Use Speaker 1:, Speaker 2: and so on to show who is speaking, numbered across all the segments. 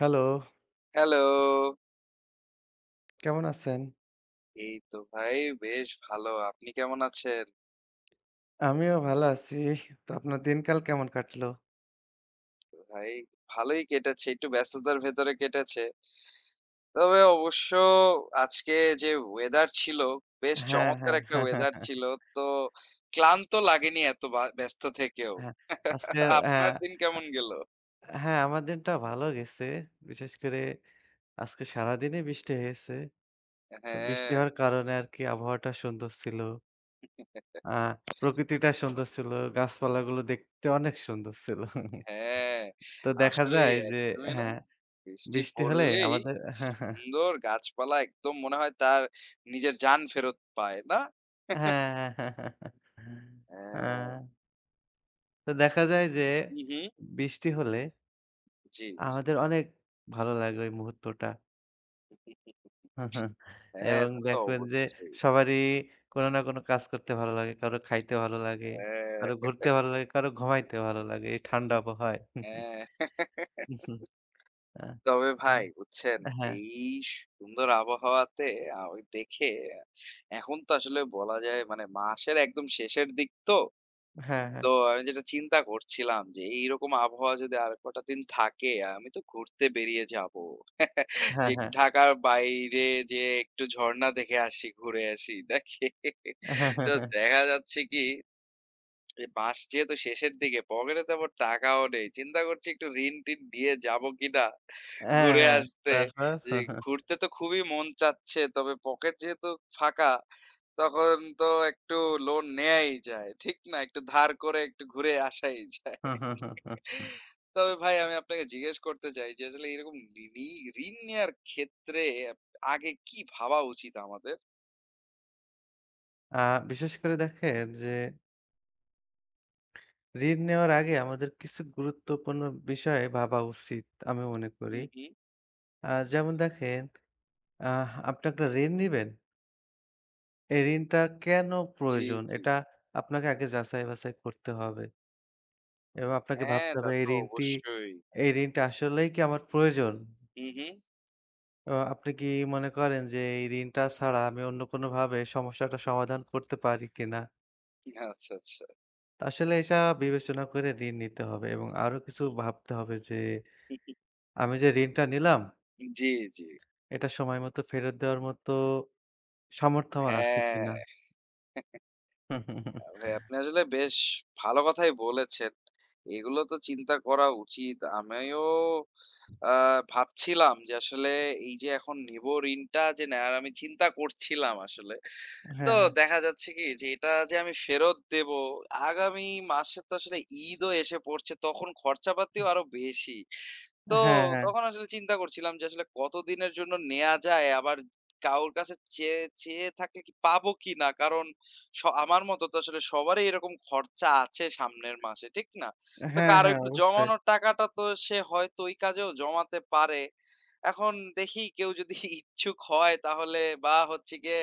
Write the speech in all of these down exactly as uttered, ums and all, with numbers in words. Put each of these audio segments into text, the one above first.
Speaker 1: Hello,
Speaker 2: hello!
Speaker 1: কেমন আছেন?
Speaker 2: এই তো ভাই, বেশ ভালো। আপনি কেমন আছেন
Speaker 1: আমিও ভালো আছি। তো আপনার দিনকাল কেমন কাটলো?
Speaker 2: ভাই? ভালোই কেটেছে। একটু ব্যস্ততার ভেতরে কেটেছে। তবে অবশ্য আজকে যে ওয়েদার ছিল, বেশ
Speaker 1: হ্যাঁ,
Speaker 2: চমৎকার
Speaker 1: হ্যাঁ,
Speaker 2: একটা
Speaker 1: হ্যাঁ।
Speaker 2: ওয়েদার
Speaker 1: হ্যাঁ,
Speaker 2: ছিল। তো ক্লান্ত লাগেনি এত বা ব্যস্ত থেকেও।
Speaker 1: হ্যাঁ, আজকে হ্যাঁ,
Speaker 2: আপনার দিন কেমন গেল?
Speaker 1: হ্যাঁ, আমার দিনটা ভালো গেছে। বিশেষ করে আজকে সারাদিনই বৃষ্টি হয়েছে। তো বৃষ্টি
Speaker 2: হ্যাঁ,
Speaker 1: হওয়ার কারণে আরকি আবহাওয়াটা সুন্দর ছিল। আ প্রকৃতিটা সুন্দর ছিল। গাছপালাগুলো দেখতে অনেক সুন্দর ছিল।
Speaker 2: হ্যাঁ।
Speaker 1: তো দেখা
Speaker 2: আসলেই
Speaker 1: যায় যে,
Speaker 2: একদমই না?
Speaker 1: হ্যাঁ,
Speaker 2: বৃষ্টি
Speaker 1: বৃষ্টি হলে
Speaker 2: পড়লেই
Speaker 1: আমাদের, হ্যাঁ, হ্যাঁ,
Speaker 2: সুন্দর গাছপালা একদম মনে হয় তার নিজের জান ফেরত পায়, না?
Speaker 1: হ্যাঁ, হ্যাঁ, হ্যাঁ, হ্যাঁ।
Speaker 2: হ্যাঁ।
Speaker 1: আ তো দেখা যায় যে
Speaker 2: হু, হু।
Speaker 1: বৃষ্টি হলে
Speaker 2: জি, জি।
Speaker 1: আমাদের অনেক ভালো লাগে ওই মুহূর্তটা।
Speaker 2: হ্যাঁ,
Speaker 1: এবং
Speaker 2: তা তো
Speaker 1: দেখবেন যে
Speaker 2: অবশ্যই।
Speaker 1: সবারই কোনো না কোনো কাজ করতে ভালো লাগে। কারো খাইতে ভালো লাগে, কারো
Speaker 2: হ্যাঁ,
Speaker 1: ঘুরতে ভালো লাগে, কারো ঘুমাইতে ভালো লাগে। এই ঠান্ডা আবহাওয়ায়।
Speaker 2: হ্যাঁ।
Speaker 1: আ
Speaker 2: তবে ভাই বুঝছেন,
Speaker 1: হ্যাঁ,
Speaker 2: এই সুন্দর আবহাওয়াতে আমি দেখে এখন তো আসলে বলা যায় মানে মাসের একদম শেষের দিক তো।
Speaker 1: হ্যাঁ, হ্যাঁ,
Speaker 2: তো আমি যেটা চিন্তা করছিলাম যে এইরকম আবহাওয়া যদি আর কটা দিন থাকে, আমি তো ঘুরতে বেরিয়ে যাবো। যে
Speaker 1: হ্যাঁ,
Speaker 2: একটু
Speaker 1: হ্যাঁ।
Speaker 2: ঢাকার বাইরে যেয়ে একটু ঝরণা দেখে আসি, ঘুরে আসি নাকি? তো দেখা যাচ্ছে কি, এই মাস যেহেতু শেষের দিকে পকেটে তেমন টাকাও নেই। চিন্তা করছি একটু ঋণ-টিন নিয়ে যাবো কিনা
Speaker 1: হ্যাঁ,
Speaker 2: ঘুরে
Speaker 1: হ্যাঁ।
Speaker 2: আসতে।
Speaker 1: তারপর?
Speaker 2: যে ঘুরতে তো খুবই মন চাচ্ছে। তবে পকেট যেহেতু ফাঁকা, তখন তো একটু লোন নেয়াই যায়। ঠিক না? একটু ধার করে একটু ঘুরে আসাই যায়। তবে ভাই আমি আপনাকে জিজ্ঞেস করতে চাই যে আসলে এরকম ঋণী ঋণ নেয়ার ক্ষেত্রে আপ আগে কি ভাবা উচিত আমাদের?
Speaker 1: আ বিশেষ করে দেখেন যে ঋণ নেওয়ার আগে আমাদের কিছু গুরুত্বপূর্ণ বিষয় ভাবা উচিত আমি মনে করি।
Speaker 2: হু, হু,
Speaker 1: আ যেমন দেখেন, আহ আপনি একটা ঋণ নিবেন। এই
Speaker 2: হু।
Speaker 1: ঋণটা কেন
Speaker 2: জি,
Speaker 1: প্রয়োজন?
Speaker 2: জি।
Speaker 1: এটা আপনাকে আগে যাচাই-বাছাই করতে হবে এবং আপনাকে
Speaker 2: হ্যাঁ,
Speaker 1: ভাবতে
Speaker 2: তা
Speaker 1: হবে এই
Speaker 2: তো
Speaker 1: ঋণটি
Speaker 2: অবশ্যই।
Speaker 1: এই ঋণটা আসলেই কি আমার প্রয়োজন?
Speaker 2: হু, হু।
Speaker 1: আ আপনি কি মনে করেন যে এই ঋণটা ছাড়া আমি অন্য কোনোভাবে সমস্যাটা সমাধান করতে পারি কিনা?
Speaker 2: আচ্ছা, আচ্ছা।
Speaker 1: আসলে এটা বিবেচনা করে ঋণ নিতে হবে এবং আরো কিছু ভাবতে হবে যে
Speaker 2: জি,
Speaker 1: আমি যে ঋণটা নিলাম,
Speaker 2: জি।
Speaker 1: এটা সময়মতো ফেরত দেওয়ার মতো সামর্থ্য আমার আছে
Speaker 2: হ্যাঁ,
Speaker 1: কিনা?
Speaker 2: ভাই আপনি আসলে বেশ ভালো কথাই বলেছেন। এগুলো তো চিন্তা করা উচিত। আমিও আ ভাবছিলাম যে আসলে এই যে এখন নিব, ঋণটা যে নেয়ার আমি চিন্তা করছিলাম আসলে। তো
Speaker 1: হ্যাঁ।
Speaker 2: দেখা যাচ্ছে কি যে এটা যে আমি ফেরত দেব, আগামী মাসে তো আসলে ঈদও এসে পড়ছে তখন খরচাপাতিও আরো বেশি। তো
Speaker 1: হ্যাঁ, হ্যাঁ।
Speaker 2: তখন আসলে চিন্তা করছিলাম যে আসলে কতদিনের জন্য নেয়া যায় আবার কারোর কাছে চেয়ে চেয়ে থাকলে কি পাবো কিনা, কারণ স আমার মতো তো আসলে সবারই এরকম খরচা আছে সামনের মাসে, ঠিক না? তো
Speaker 1: হ্যাঁ,
Speaker 2: কারো
Speaker 1: হ্যাঁ
Speaker 2: একটু
Speaker 1: অবশ্যই।
Speaker 2: জমানোর টাকাটা তো সে হয়তো ওই কাজেও জমাতে পারে। এখন দেখি কেউ যদি ইচ্ছুক হয় তাহলে বা হচ্ছে গিয়ে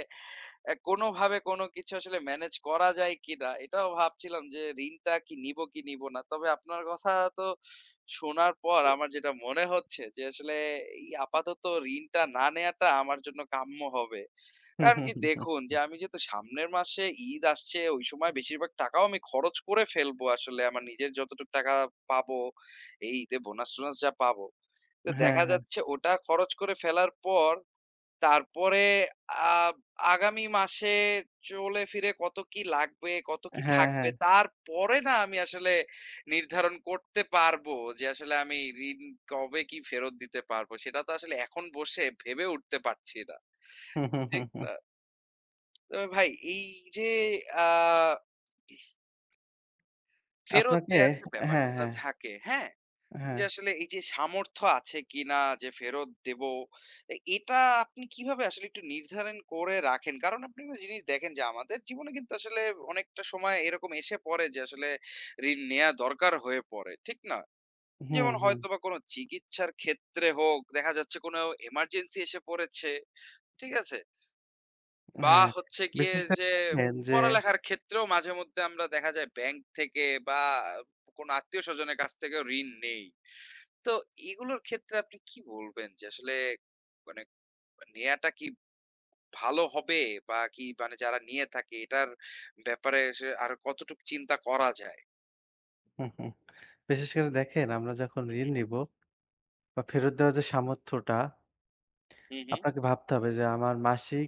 Speaker 2: অ্যা কোনোভাবে কোনো কিছু আসলে ম্যানেজ করা যায় কিনা? এটাও ভাবছিলাম যে ঋণটা কি নিবো কি নিবো না। তবে আপনার কথা তো শোনার পর আমার যেটা মনে হচ্ছে যে আসলে এই আপাতত ঋণটা না নেয়াটা আমার জন্য কাম্য হবে।
Speaker 1: হুম,
Speaker 2: কারণ
Speaker 1: হুম,
Speaker 2: কি
Speaker 1: হুম, হুম।
Speaker 2: দেখুন, যে আমি যেহেতু সামনের মাসে ঈদ আসছে ওই সময় বেশিরভাগ টাকাও আমি খরচ করে ফেলবো আসলে, আমার নিজের যতটুক টাকা পাবো এই ঈদে, বোনাস-টোনাস যা পাবো। তো
Speaker 1: হ্যাঁ,
Speaker 2: দেখা
Speaker 1: হ্যাঁ।
Speaker 2: যাচ্ছে ওটা খরচ করে ফেলার পর তারপরে আ আগামী মাসে চলে ফিরে কত কি লাগবে, কত কি
Speaker 1: হ্যাঁ,
Speaker 2: থাকবে,
Speaker 1: হ্যাঁ।
Speaker 2: তারপরে না আমি আসলে নির্ধারণ করতে পারবো যে আসলে আমি ঋণ কবে কি ফেরত দিতে পারবো। সেটা তো আসলে এখন বসে ভেবে উঠতে পারছি না।
Speaker 1: হুম, হুম, হুম,
Speaker 2: ঠিক
Speaker 1: হুম।
Speaker 2: না? তবে ভাই এই যে আ ফেরত
Speaker 1: আপনাকে
Speaker 2: দেয়ার যে
Speaker 1: হ্যাঁ,
Speaker 2: ব্যাপারটা
Speaker 1: হ্যাঁ,
Speaker 2: থাকে, হ্যাঁ?
Speaker 1: হ্যাঁ।
Speaker 2: যে আসলে এই যে সামর্থ্য আছে কিনা যে ফেরত দেব। এ এটা আপনি কিভাবে আসলে একটু নির্ধারণ করে রাখেন? কারণ আপনি একটা জিনিস দেখেন যে আমাদের জীবনে কিন্তু আসলে অনেকটা সময় এরকম এসে পড়ে যে আসলে ঋণ নেয়া দরকার হয়ে পড়ে। ঠিক না?
Speaker 1: হুম,
Speaker 2: যেমন
Speaker 1: হুম।
Speaker 2: হয়তোবা কোনো চিকিৎসার ক্ষেত্রে হোক, দেখা যাচ্ছে কোনো এমার্জেন্সি এসে পড়েছে। ঠিক আছে? বা
Speaker 1: হ্যাঁ।
Speaker 2: হচ্ছে গিয়ে
Speaker 1: বিশেষ করে
Speaker 2: যে
Speaker 1: দেখেন যে
Speaker 2: পড়ালেখার ক্ষেত্রেও মাঝে মধ্যে আমরা দেখা যায় ব্যাংক থেকে বা কোনো আত্মীয়স্বজনের কাছ থেকেও ঋণ নেই। তো এগুলোর ক্ষেত্রে আপনি কি বলবেন যে আসলে মানে নেয়াটা কি ভালো হবে? বা কি মানে যারা নিয়ে থাকে এটার ব্যাপারে সে আর কতটুকু চিন্তা করা যায়?
Speaker 1: হুম, হুম। বিশেষ করে দেখেন আমরা যখন
Speaker 2: হুম,
Speaker 1: ঋণ
Speaker 2: হুম,
Speaker 1: নিব বা ফেরত দেওয়ার যে সামর্থ্যটা
Speaker 2: হুম, হুম।
Speaker 1: আপনাকে ভাবতে হবে যে আমার মাসিক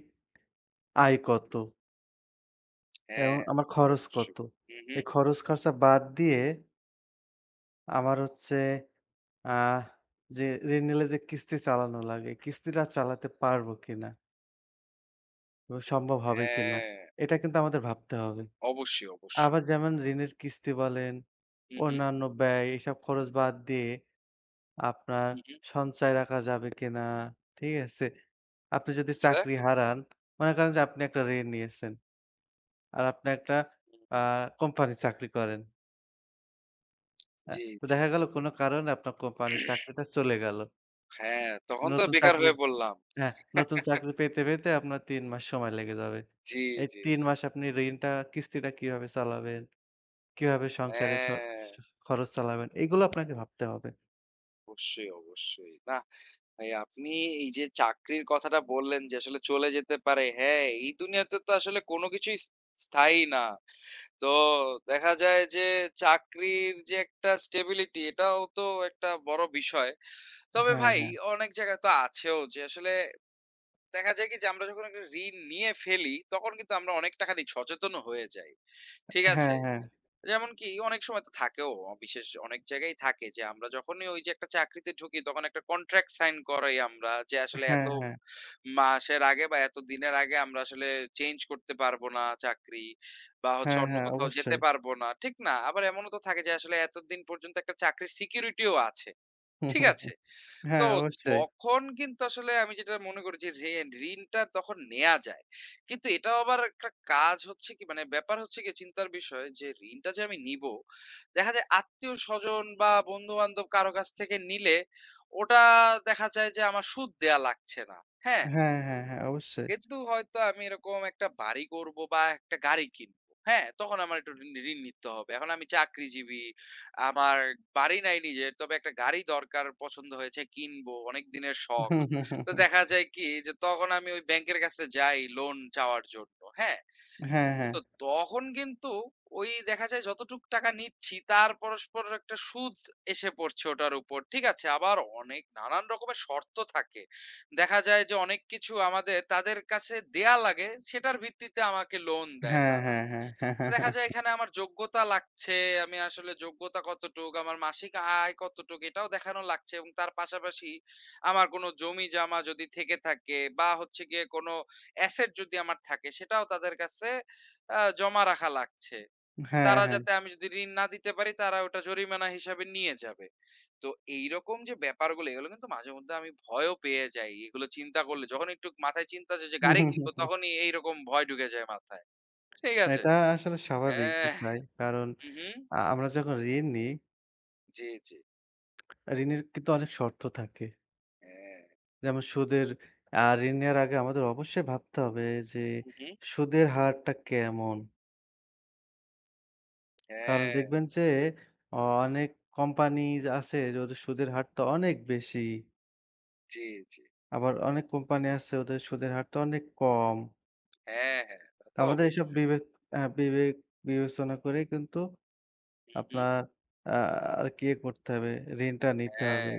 Speaker 1: আয় কত এবং
Speaker 2: হ্যাঁ,
Speaker 1: আমার খরচ কত।
Speaker 2: অবশ্যই। হুম, হুম।
Speaker 1: এই খরচ খরচা বাদ দিয়ে আমার হচ্ছে, আ যে ঋণ নিলে যে কিস্তি চালানো লাগে, কিস্তিটা চালাতে পারবো কিনা। সম্ভব হবে কিনা?
Speaker 2: হ্যাঁ,
Speaker 1: এটা কিন্তু আমাদের ভাবতে হবে।
Speaker 2: অবশ্যই, অবশ্যই।
Speaker 1: আবার যেমন ঋণের কিস্তি বলেন,
Speaker 2: হুম, হুম,
Speaker 1: অন্যান্য ব্যয় এসব খরচ বাদ দিয়ে আপনার
Speaker 2: হুম, হুম।
Speaker 1: সঞ্চয় রাখা যাবে কিনা? ঠিক আছে? আপনি যদি
Speaker 2: আচ্ছা।
Speaker 1: চাকরি হারান, মনে করেন যে আপনি একটা ঋণ নিয়েছেন। আর আপনি একটা
Speaker 2: হুম।
Speaker 1: আ কোম্পানির চাকরি করেন। হ্যাঁ?
Speaker 2: জি,
Speaker 1: তো
Speaker 2: জি।
Speaker 1: দেখা গেল কোনো কারণে আপনার কোম্পানির চাকরিটা চলে গেল।
Speaker 2: হ্যাঁ, তখন তো
Speaker 1: নতুন
Speaker 2: বেকার
Speaker 1: চাকরি
Speaker 2: হয়ে পড়লাম।
Speaker 1: হ্যাঁ, নতুন চাকরি পেতে, পেতে আপনার তিন মাস সময় লেগে যাবে।
Speaker 2: জি,
Speaker 1: এই
Speaker 2: জি,
Speaker 1: তিন
Speaker 2: জি।
Speaker 1: মাস আপনি ঋণটা কিস্তিটা কিভাবে চালাবেন? কিভাবে সংসারের স
Speaker 2: হ্যাঁ,
Speaker 1: স খরচ চালাবেন? এগুলো আপনাকে ভাবতে হবে।
Speaker 2: অবশ্যই, অবশ্যই। না ভাই আপনি এই যে চাকরির কথাটা বললেন যে আসলে চলে যেতে পারে। হ্যাঁ, এই দুনিয়াতে তো আসলে কোনো কিছুই স স্থায়ী না। তো দেখা যায় যে চাকরির যে একটা স্টেবিলিটি এটাও তো একটা বড় বিষয়। তবে
Speaker 1: হ্যাঁ,
Speaker 2: ভাই
Speaker 1: হ্যাঁ।
Speaker 2: অনেক জায়গায় তো আছেও যে আসলে দেখা যায় কি যে আমরা যখন একটা ঋণ নিয়ে ফেলি তখন কিন্তু আমরা অনেক টাকারই সচেতনও হয়ে যাই। ঠিক
Speaker 1: হ্যাঁ,
Speaker 2: আছে?
Speaker 1: হ্যাঁ।
Speaker 2: যেমন কি অনেক সময় তো থাকেও বিশেষ অনেক জায়গায় থাকে যে আমরা যখনই ওই যে একটা চাকরিতে ঢুকি তখন একটা কন্ট্রাক্ট সাইন করাই আমরা যে আসলে
Speaker 1: হ্যাঁ,
Speaker 2: এত
Speaker 1: হ্যাঁ।
Speaker 2: মাসের আগে বা এতদিনের আগে আমরা আসলে চেঞ্জ করতে পারবো না চাকরি বা হচ্ছে
Speaker 1: হ্যাঁ,
Speaker 2: অন্য
Speaker 1: হ্যাঁ।
Speaker 2: কোথাও যেতে
Speaker 1: অবশ্যই।
Speaker 2: পারবো না। ঠিক না? আবার এমনও তো থাকে যে আসলে এতদিন পর্যন্ত একটা চাকরির সিকিউরিটিও আছে।
Speaker 1: হুম,
Speaker 2: ঠিক
Speaker 1: হুম, হুম।
Speaker 2: আছে? তো
Speaker 1: হ্যাঁ, অবশ্যই।
Speaker 2: তখন কিন্তু আসলে আমি যেটা মনে করি যে ঋণ ঋণটা তখন নেয়া যায়। কিন্তু এটাও আবার একটা কাজ হচ্ছে কি মানে ব্যাপার হচ্ছে কি চিন্তার বিষয় যে ঋণটা যে আমি নিবো, দেখা যায় আত্মীয়স্বজন বা বন্ধু-বান্ধব কারো কাছ থেকে নিলে ওটা দেখা যায় যে আমার সুদ দেয়া লাগছে না। হ্যাঁ?
Speaker 1: হ্যাঁ, হ্যাঁ, হ্যাঁ। অবশ্যই।
Speaker 2: কিন্তু হয়তো আমি এরকম একটা বাড়ি করব বা একটা গাড়ি কিনবো। হ্যাঁ? তখন আমার একটু ঋণ ঋণ নিতে হবে। এখন আমি চাকরিজীবী, আমার বাড়ি নাই নিজের। তবে একটা গাড়ি দরকার, পছন্দ হয়েছে কিনবো। অনেক দিনের শখ।
Speaker 1: হুম, হুম, হুম,
Speaker 2: তো
Speaker 1: হুম।
Speaker 2: দেখা যায় কি যে তখন আমি ওই ব্যাংকের কাছে যাই লোন চাওয়ার জন্য। হ্যাঁ?
Speaker 1: হ্যাঁ, হ্যাঁ।
Speaker 2: তো তখন কিন্তু ওই দেখা যায় যতটুক টাকা নিচ্ছি তার পরস্পর একটা সুদ এসে পড়ছে ওটার উপর। ঠিক আছে, আবার অনেক নানান রকমের শর্ত থাকে, দেখা যায় যে অনেক কিছু আমাদের তাদের কাছে দেয়া লাগে সেটার ভিত্তিতে আমাকে লোন দেয়
Speaker 1: হ্যাঁ,
Speaker 2: তারা।
Speaker 1: হ্যাঁ,
Speaker 2: দেখা
Speaker 1: হ্যাঁ।
Speaker 2: যায় এখানে আমার যোগ্যতা লাগছে। আমি আসলে যোগ্যতা কতটুক, আমার মাসিক আয় কতটুক এটাও দেখানো লাগছে এবং তার পাশাপাশি আমার কোনো জমি-জমা যদি থেকে থাকে বা হচ্ছে গিয়ে কোনো অ্যাসেট যদি আমার থাকে সেটাও তাদের কাছে আ জমা রাখা লাগছে।
Speaker 1: হ্যাঁ,
Speaker 2: তারা
Speaker 1: হ্যাঁ।
Speaker 2: যাতে, আমি যদি ঋণ না দিতে পারি তারা ওটা জরিমানা হিসাবে নিয়ে যাবে। তো এইরকম যে ব্যাপারগুলো এগুলো কিন্তু মাঝেমধ্যে আমি ভয়ও পেয়ে যাই। এগুলো চিন্তা করলে যখন একটু মাথায় চিন্তা আসে যে
Speaker 1: হুম,
Speaker 2: গাড়ি
Speaker 1: হুম, হুম,
Speaker 2: কিনবো
Speaker 1: হুম।
Speaker 2: তখনই এইরকম ভয় ঢুকে যায় মাথায়। ঠিক আছে?
Speaker 1: এটা আসলে স্বাভাবিক
Speaker 2: হ্যাঁ।
Speaker 1: বিষয়। কারণ
Speaker 2: হু, হু।
Speaker 1: আ আমরা যখন ঋণ নিই,
Speaker 2: জি, জি।
Speaker 1: ঋণের কিন্তু অনেক শর্ত থাকে।
Speaker 2: হ্যাঁ।
Speaker 1: যেমন সুদের, আ ঋণ নেওয়ার আগে আমাদের অবশ্যই ভাবতে হবে যে
Speaker 2: হু, হু।
Speaker 1: সুদের হারটা কেমন? কারণ
Speaker 2: হ্যাঁ,
Speaker 1: দেখবেন যে, অ অনেক কোম্পানিজ আছে যে ওদের সুদের হারটা অনেক বেশি।
Speaker 2: জি, জি।
Speaker 1: আবার অনেক কোম্পানি আছে ওদের সুদের হারটা অনেক কম।
Speaker 2: হ্যাঁ, হ্যাঁ। তা
Speaker 1: তো
Speaker 2: তো
Speaker 1: আমাদের এসব
Speaker 2: অবশ্যই।
Speaker 1: বিবেক আ বিবেক বিবেচনা করেই কিন্তু
Speaker 2: হু, হু।
Speaker 1: আপনার, আ আরকি ইয়ে করতে হবে, ঋণটা নিতে
Speaker 2: হ্যাঁ,
Speaker 1: হবে।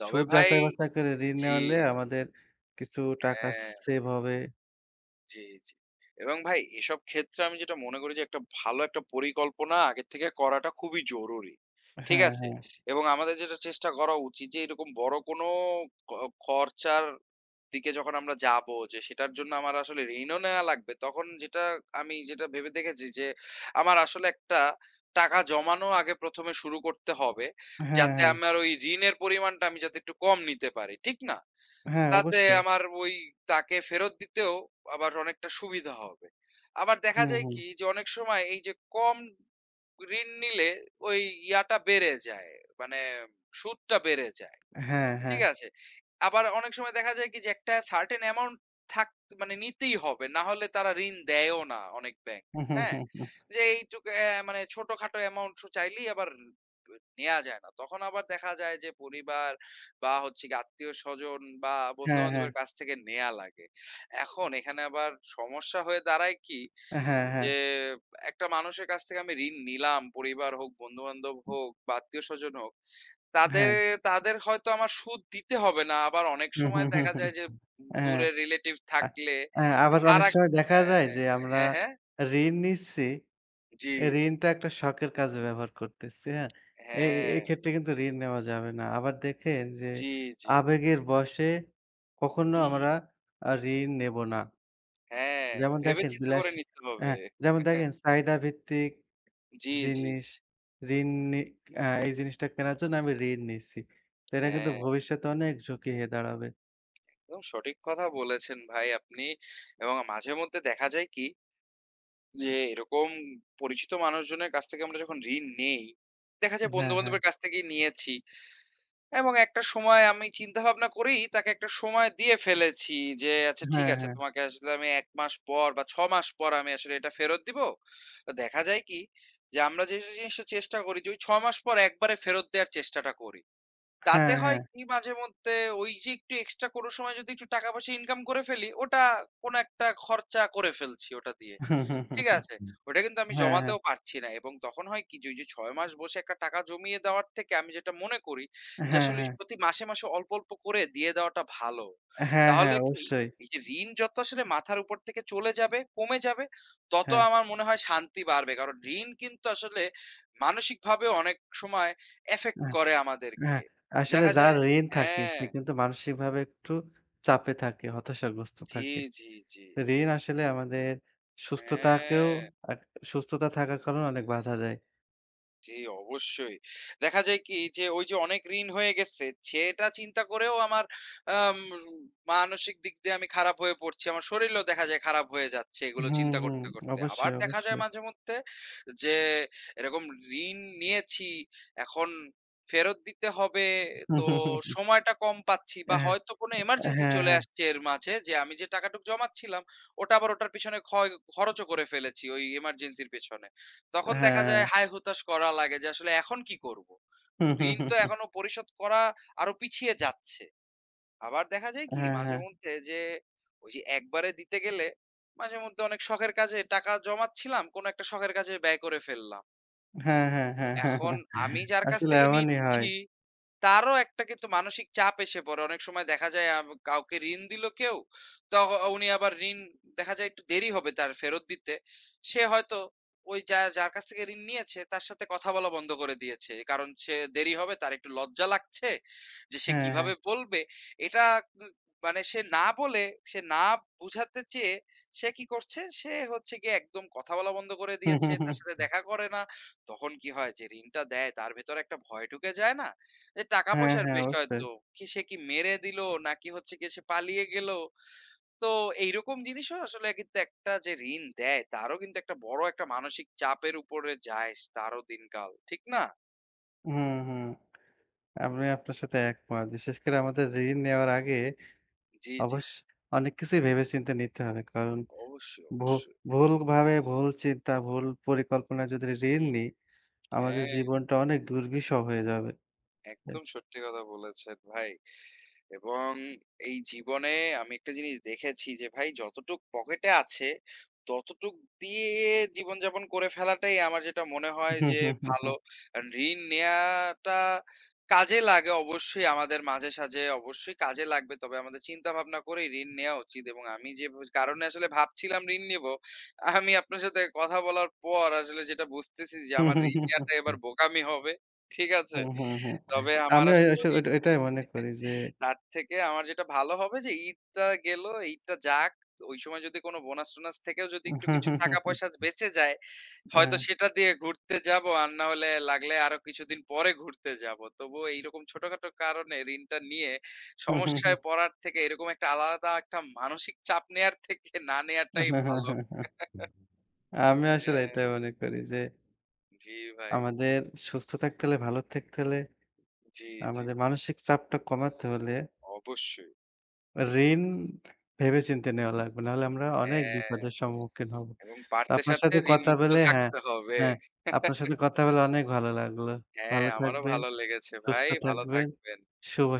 Speaker 2: তবে
Speaker 1: সুদ
Speaker 2: ভাই
Speaker 1: যাচাই বাছাই করে ঋণ
Speaker 2: জি,
Speaker 1: নেওয়ালে
Speaker 2: জি।
Speaker 1: আমাদের কিছু টাকা
Speaker 2: হ্যাঁ,
Speaker 1: সেভ হবে।
Speaker 2: জি, জি। এবং ভাই এসব ক্ষেত্রে আমি যেটা মনে করি যে একটা ভালো একটা পরিকল্পনা আগের থেকে করাটা খুবই জরুরি। ঠিক
Speaker 1: হ্যাঁ,
Speaker 2: আছে?
Speaker 1: হ্যাঁ।
Speaker 2: এবং আমাদের যেটা চেষ্টা করা উচিত যে এরকম বড় কোনো ক খরচার দিকে যখন আমরা যাবো যে সেটার জন্য আমার আসলে ঋণও নেওয়া লাগবে, তখন যেটা আমি যেটা ভেবে দেখেছি যে আমার আসলে একটা টাকা জমানো আগে প্রথম এ শুরু করতে হবে।
Speaker 1: হ্যাঁ,
Speaker 2: যাতে
Speaker 1: হ্যাঁ।
Speaker 2: আমার ওই ঋণের পরিমাণটা আমি যাতে একটু কম নিতে পারি। ঠিক না?
Speaker 1: হ্যাঁ,
Speaker 2: তাতে
Speaker 1: অবশ্যই।
Speaker 2: আমার ওই তাকে ফেরত দিতেও আবার অনেকটা সুবিধা হবে। আবার দেখা
Speaker 1: হুম,
Speaker 2: যায়
Speaker 1: হুম।
Speaker 2: কি যে অনেক সময় এই যে কম ঋণ নিলে ওই ইয়াটা বেড়ে যায়, মানে সুদটা বেড়ে যায়।
Speaker 1: হ্যাঁ,
Speaker 2: ঠিক
Speaker 1: হ্যাঁ।
Speaker 2: আছে। আবার অনেক সময় দেখা যায় কি যে একটা certain amount থাক মানে নিতেই হবে। না হলে তারা ঋণ দেয়ও না অনেক ব্যাংক।
Speaker 1: হু, হু,
Speaker 2: হ্যাঁ?
Speaker 1: হু, হু।
Speaker 2: যে এইটুক অ্যা মানে ছোটখাটো amount চাইলেই আবার নেয়া যায় না। তখন আবার দেখা যায় যে পরিবার বা হচ্ছে গিয়ে আত্মীয়স্বজন বা
Speaker 1: হ্যাঁ, হ্যাঁ।
Speaker 2: বন্ধু-বান্ধবের কাছ থেকে নেয়া লাগে। এখন এখানে আবার সমস্যা হয়ে দাঁড়ায় কি
Speaker 1: হ্যাঁ, হ্যাঁ।
Speaker 2: যে একটা মানুষের কাছ থেকে আমি ঋণ নিলাম, পরিবার হোক, বন্ধু-বান্ধব হোক বা আত্মীয়স্বজন হোক, তাদের
Speaker 1: হ্যাঁ।
Speaker 2: তাদের হয়তো আমার সুদ দিতে হবে না। আবার অনেক
Speaker 1: হুম, হুম,
Speaker 2: সময়
Speaker 1: হুম,
Speaker 2: দেখা
Speaker 1: হুম।
Speaker 2: যায় যে উম
Speaker 1: হ্যাঁ,
Speaker 2: দূরের রিলেটিভ
Speaker 1: আ
Speaker 2: থাকলে
Speaker 1: হ্যাঁ, আবার অনেক
Speaker 2: তারা
Speaker 1: সময় দেখা যায় যে
Speaker 2: অ্যা
Speaker 1: আমরা
Speaker 2: হ্যাঁ, হ্যাঁ।
Speaker 1: ঋণ নিচ্ছি,
Speaker 2: জি,
Speaker 1: এই
Speaker 2: জি।
Speaker 1: ঋণটা একটা শখের কাজে ব্যবহার করতেছি, হ্যাঁ? এ
Speaker 2: হ্যাঁ,
Speaker 1: এক্ষেত্রে কিন্তু ঋণ নেওয়া যাবে না। আবার দেখেন যে
Speaker 2: জি, জি।
Speaker 1: আবেগের বশে কখনো
Speaker 2: হু, হু।
Speaker 1: আমরা আ ঋণ নেব না।
Speaker 2: হ্যাঁ,
Speaker 1: যেমন
Speaker 2: ভেবে
Speaker 1: দেখেন
Speaker 2: চিন্তা
Speaker 1: বিলাস
Speaker 2: করে নিতে হবে।
Speaker 1: হ্যাঁ, যেমন দেখেন চাহিদা ভিত্তিক
Speaker 2: জি, জি,
Speaker 1: জিনিস,
Speaker 2: জি।
Speaker 1: ঋণ নি আ এই জিনিসটা কেনার জন্য আমি ঋণ নিচ্ছি। তো এটা কিন্তু
Speaker 2: হ্যাঁ,
Speaker 1: ভবিষ্যতে অনেক ঝুঁকি হয়ে দাঁড়াবে।
Speaker 2: একদম সঠিক কথা বলেছেন ভাই আপনি। এবং মাঝেমধ্যে দেখা যায় কি যে এরকম পরিচিত মানুষজনের কাছ থেকে আমরা যখন ঋণ নেই, দেখা যায়
Speaker 1: হ্যাঁ, হ্যাঁ।
Speaker 2: বন্ধু-বান্ধবের কাছ থেকেই নিয়েছি। এবং একটা সময় আমি চিন্তাভাবনা করেই তাকে একটা সময় দিয়ে ফেলেছি যে, "আচ্ছা ঠিক
Speaker 1: হ্যাঁ,
Speaker 2: আছে,
Speaker 1: হ্যাঁ।
Speaker 2: তোমাকে আসলে আমি এক মাস পর বা ছয় মাস পর আমি আসলে এটা ফেরত দিব।" তো দেখা যায় কি? যে আমরা যে জিনিসটা চেষ্টা করি যে ওই ছয় মাস পর একবারে ফেরত দেওয়ার চেষ্টাটা করি। তাতে
Speaker 1: হ্যাঁ,
Speaker 2: হয়
Speaker 1: হ্যাঁ।
Speaker 2: কি মাঝেমধ্যে ওই যে একটু এক্সট্রা কোনো সময় যদি একটু টাকা-পয়সা ইনকাম করে ফেলি, ওটা কোনো একটা খরচা করে ফেলছি ওটা দিয়ে। ঠিক আছে। ওটা কিন্তু আমি
Speaker 1: হ্যাঁ, হ্যাঁ।
Speaker 2: জমাতেও পারছি না এবং তখন হয় কি যে ওই যে ছয় মাস বসে একটা টাকা জমিয়ে দেওয়ার থেকে আমি যেটা মনে করি যে
Speaker 1: হ্যাঁ,
Speaker 2: আসলে ওই
Speaker 1: হ্যাঁ।
Speaker 2: যে প্রতি মাসে, মাসে অল্প, অল্প করে দিয়ে দেওয়াটা ভালো।
Speaker 1: হ্যাঁ, হ্যাঁ
Speaker 2: তাহলে কি
Speaker 1: অবশ্যই।
Speaker 2: এই যে ঋণ যত আসলে মাথার উপর থেকে চলে যাবে, কমে যাবে তত
Speaker 1: হ্যাঁ,
Speaker 2: আমার মনে হয় শান্তি বাড়বে। কারণ ঋণ কিন্তু আসলে মানসিকভাবেও অনেক সময় এফেক্ট
Speaker 1: হ্যাঁ,
Speaker 2: করে
Speaker 1: হ্যাঁ।
Speaker 2: আমাদেরকে।
Speaker 1: আসলে
Speaker 2: দেখা
Speaker 1: যার
Speaker 2: যায়
Speaker 1: ঋণ থাকে
Speaker 2: হ্যাঁ,
Speaker 1: সে কিন্তু মানসিকভাবে একটু চাপে থাকে, হতাশাগ্রস্ত
Speaker 2: জি,
Speaker 1: থাকে।
Speaker 2: জি, জি।
Speaker 1: ঋণ আসলে আমাদের সুস্থতাকেও,
Speaker 2: হ্যাঁ।
Speaker 1: আ সুস্থতা থাকার কারণে অনেক বাধা দেয়।
Speaker 2: জি, অবশ্যই। দেখা যায় কি যে ওই যে অনেক ঋণ হয়ে গেছে, সেটা চিন্তা করেও আমার আম মানসিক দিক দিয়ে আমি খারাপ হয়ে পড়ছি। আমার শরীরও দেখা যায় খারাপ হয়ে যাচ্ছে এগুলো
Speaker 1: হুম,
Speaker 2: চিন্তা
Speaker 1: হুম।
Speaker 2: করতে, করতে। আবার
Speaker 1: অবশ্যই,
Speaker 2: দেখা যায়
Speaker 1: অবশ্যই।
Speaker 2: মাঝেমধ্যে যে এরকম ঋণ নিয়েছি, এখন ফেরত দিতে হবে। তো সময়টা কম পাচ্ছি বা
Speaker 1: হ্যাঁ,
Speaker 2: হয়তো কোনো এমার্জেন্সি
Speaker 1: হ্যাঁ,
Speaker 2: চলে
Speaker 1: হ্যাঁ,
Speaker 2: আসছে এর মাঝে, যে আমি যে টাকাটুক জমাচ্ছিলাম ওটা আবার ওটার পিছনে খয় খরচও করে ফেলেছি ওই এমার্জেন্সির পেছনে। তখন দেখা
Speaker 1: হ্যাঁ।
Speaker 2: যায় হায় হুতাশ করা লাগে যে আসলে এখন কি করব? ঋণ তো এখনো পরিশোধ করা আরো পিছিয়ে যাচ্ছে। আবার দেখা যায় কি
Speaker 1: হ্যাঁ, হ্যাঁ।
Speaker 2: মাঝেমধ্যে যে ওই যে একবারে দিতে গেলে মাঝেমধ্যে অনেক শখের কাজে টাকা জমাচ্ছিলাম, কোন একটা শখের কাজে ব্যয় করে ফেললাম।
Speaker 1: হ্যাঁ, হ্যাঁ, হ্যাঁ, হ্যাঁ,
Speaker 2: এখন
Speaker 1: হ্যাঁ।
Speaker 2: আমি যার কাছ
Speaker 1: আসলে
Speaker 2: থেকে
Speaker 1: এমনই হয়।
Speaker 2: নিচ্ছি তারও একটা কিন্তু মানসিক চাপ এসে পড়ে। অনেক সময় দেখা যায় আম কাউকে ঋণ দিল কেউ, তো উনি আবার ঋণ দেখা যায় একটু দেরি হবে তার ফেরত দিতে। সে হয়তো ওই যা যার কাছ থেকে ঋণ নিয়েছে তার সাথে কথা বলা বন্ধ করে দিয়েছে। কারণ সে দেরি হবে তার একটু লজ্জা লাগছে যে সে
Speaker 1: হ্যাঁ, হ্যাঁ।
Speaker 2: কিভাবে বলবে। এটা উ মানে সে না বলে, সে না বুঝাতে চেয়ে সে কি করছে? সে হচ্ছে গিয়ে একদম কথা বলা বন্ধ করে দিয়েছে, তার সাথে দেখা করে না। তখন কি হয় যে ঋণটা দেয় তার ভেতরে একটা ভয় ঢুকে যায় না? যে টাকা
Speaker 1: হ্যাঁ,
Speaker 2: পয়সার
Speaker 1: হ্যাঁ
Speaker 2: বিষয়
Speaker 1: অবশ্যই।
Speaker 2: তো। কি, সে কি মেরে দিলো নাকি হচ্ছে গিয়ে সে পালিয়ে গেল। তো এইরকম জিনিসও আসলে কিন্তু একটা যে ঋণ দেয় তারও কিন্তু একটা বড় একটা মানসিক চাপের উপরে যায় তারও দিনকাল। ঠিক না?
Speaker 1: হুম, হুম। আমি আপনার সাথে একমত। বিশেষ করে আমাদের ঋণ নেওয়ার আগে
Speaker 2: জি, জি।
Speaker 1: অবশ্য অনেক কিছুই ভেবেচিন্তে নিতে হবে। কারণ
Speaker 2: অবশ্যই,
Speaker 1: ভু
Speaker 2: অবশ্যই।
Speaker 1: ভুলভাবে, ভুল চিন্তা, ভুল পরিকল্পনায় যদি ঋণ
Speaker 2: হুম,
Speaker 1: নিই, আমাদের
Speaker 2: হ্যাঁ,
Speaker 1: জীবনটা অনেক দুর্বিষহ হয়ে যাবে।
Speaker 2: একদম সত্যি কথা বলেছেন ভাই। এবং এই জীবনে আমি একটা জিনিস দেখেছি যে ভাই যতটুক পকেটে আছে, ততটুক দিয়ে জীবনযাপন করে ফেলাটাই আমার যেটা মনে হয়
Speaker 1: হুম,
Speaker 2: যে
Speaker 1: হুম, হুম,
Speaker 2: ভালো।
Speaker 1: হুম।
Speaker 2: কারণ ঋণ নেয়াটা কাজে লাগে অবশ্যই, আমাদের মাঝে সাঝে অবশ্যই কাজে লাগবে। তবে আমাদের চিন্তাভাবনা করেই ঋণ নেয়া উচিত এবং আমি যে ভ কারণে আসলে ভাবছিলাম ঋণ নিবো, আমি আপনার সাথে কথা বলার পর আসলে যেটা বুঝতেছি যে
Speaker 1: হুম,
Speaker 2: আমার
Speaker 1: হুম,
Speaker 2: ঋণ
Speaker 1: হুম, হুম।
Speaker 2: নেয়াটা এবার বোকামি হবে। ঠিক আছে?
Speaker 1: হুম, হুম, হুম।
Speaker 2: তবে আমার
Speaker 1: আমিও এ
Speaker 2: আসলে
Speaker 1: এস
Speaker 2: ওই
Speaker 1: ওইটা এটাই মনে করি যে
Speaker 2: তার থেকে আমার যেটা ভালো হবে যে ঈদটা গেল, ঈদটা যাক। ওই সময় যদি কোনো বোনাস-টোনাস থেকেও যদি
Speaker 1: হুম,
Speaker 2: একটু
Speaker 1: হুম,
Speaker 2: কিছু
Speaker 1: হুম, হুম।
Speaker 2: টাকা
Speaker 1: হুম।
Speaker 2: পয়সা বেঁচে যায়, হয়তো
Speaker 1: হ্যাঁ।
Speaker 2: সেটা দিয়ে ঘুরতে যাবো। আর না হলে লাগলে আরো কিছুদিন পরে ঘুরতে যাবো। তবুও এইরকম ছোটখাটো কারণে ঋণটা নিয়ে
Speaker 1: হুম, হুম, হুম।
Speaker 2: সমস্যায় পড়ার থেকে এরকম একটা আলাদা একটা মানসিক চাপ নেয়ার থেকে না নেয়াটাই
Speaker 1: হ্যাঁ, হ্যাঁ,
Speaker 2: ভালো।
Speaker 1: হ্যাঁ, হ্যাঁ। আমি আসলে
Speaker 2: হ্যাঁ,
Speaker 1: এটাই মনে করি যে,
Speaker 2: জি ভাই।
Speaker 1: আমাদের সুস্থ থাকতে হলে, ভালো থাকতে হলে
Speaker 2: জি, জি।
Speaker 1: আমাদের মানসিক চাপটা কমাতে হলে
Speaker 2: অবশ্যই।
Speaker 1: ঋণ ভেবেচিন্তে নেওয়া লাগবে। নাহলে আমরা অনেক বিপদের
Speaker 2: হ্যাঁ।
Speaker 1: সম্মুখীন হব।
Speaker 2: এবং
Speaker 1: তো
Speaker 2: পারতে
Speaker 1: আপনার
Speaker 2: সারতে
Speaker 1: সাথে কথা
Speaker 2: ঋণমুক্ত
Speaker 1: বলে হ্যাঁ,
Speaker 2: থাকতে হবে।
Speaker 1: হ্যাঁ, আপনার সাথে কথা বলে অনেক ভালো লাগলো।
Speaker 2: হ্যাঁ,
Speaker 1: ভালো
Speaker 2: আমারও
Speaker 1: থাকবেন,
Speaker 2: ভালো লেগেছে
Speaker 1: সুস্থ
Speaker 2: ভাই। ভালো
Speaker 1: থাকবেন।
Speaker 2: থাকবেন।
Speaker 1: শুভ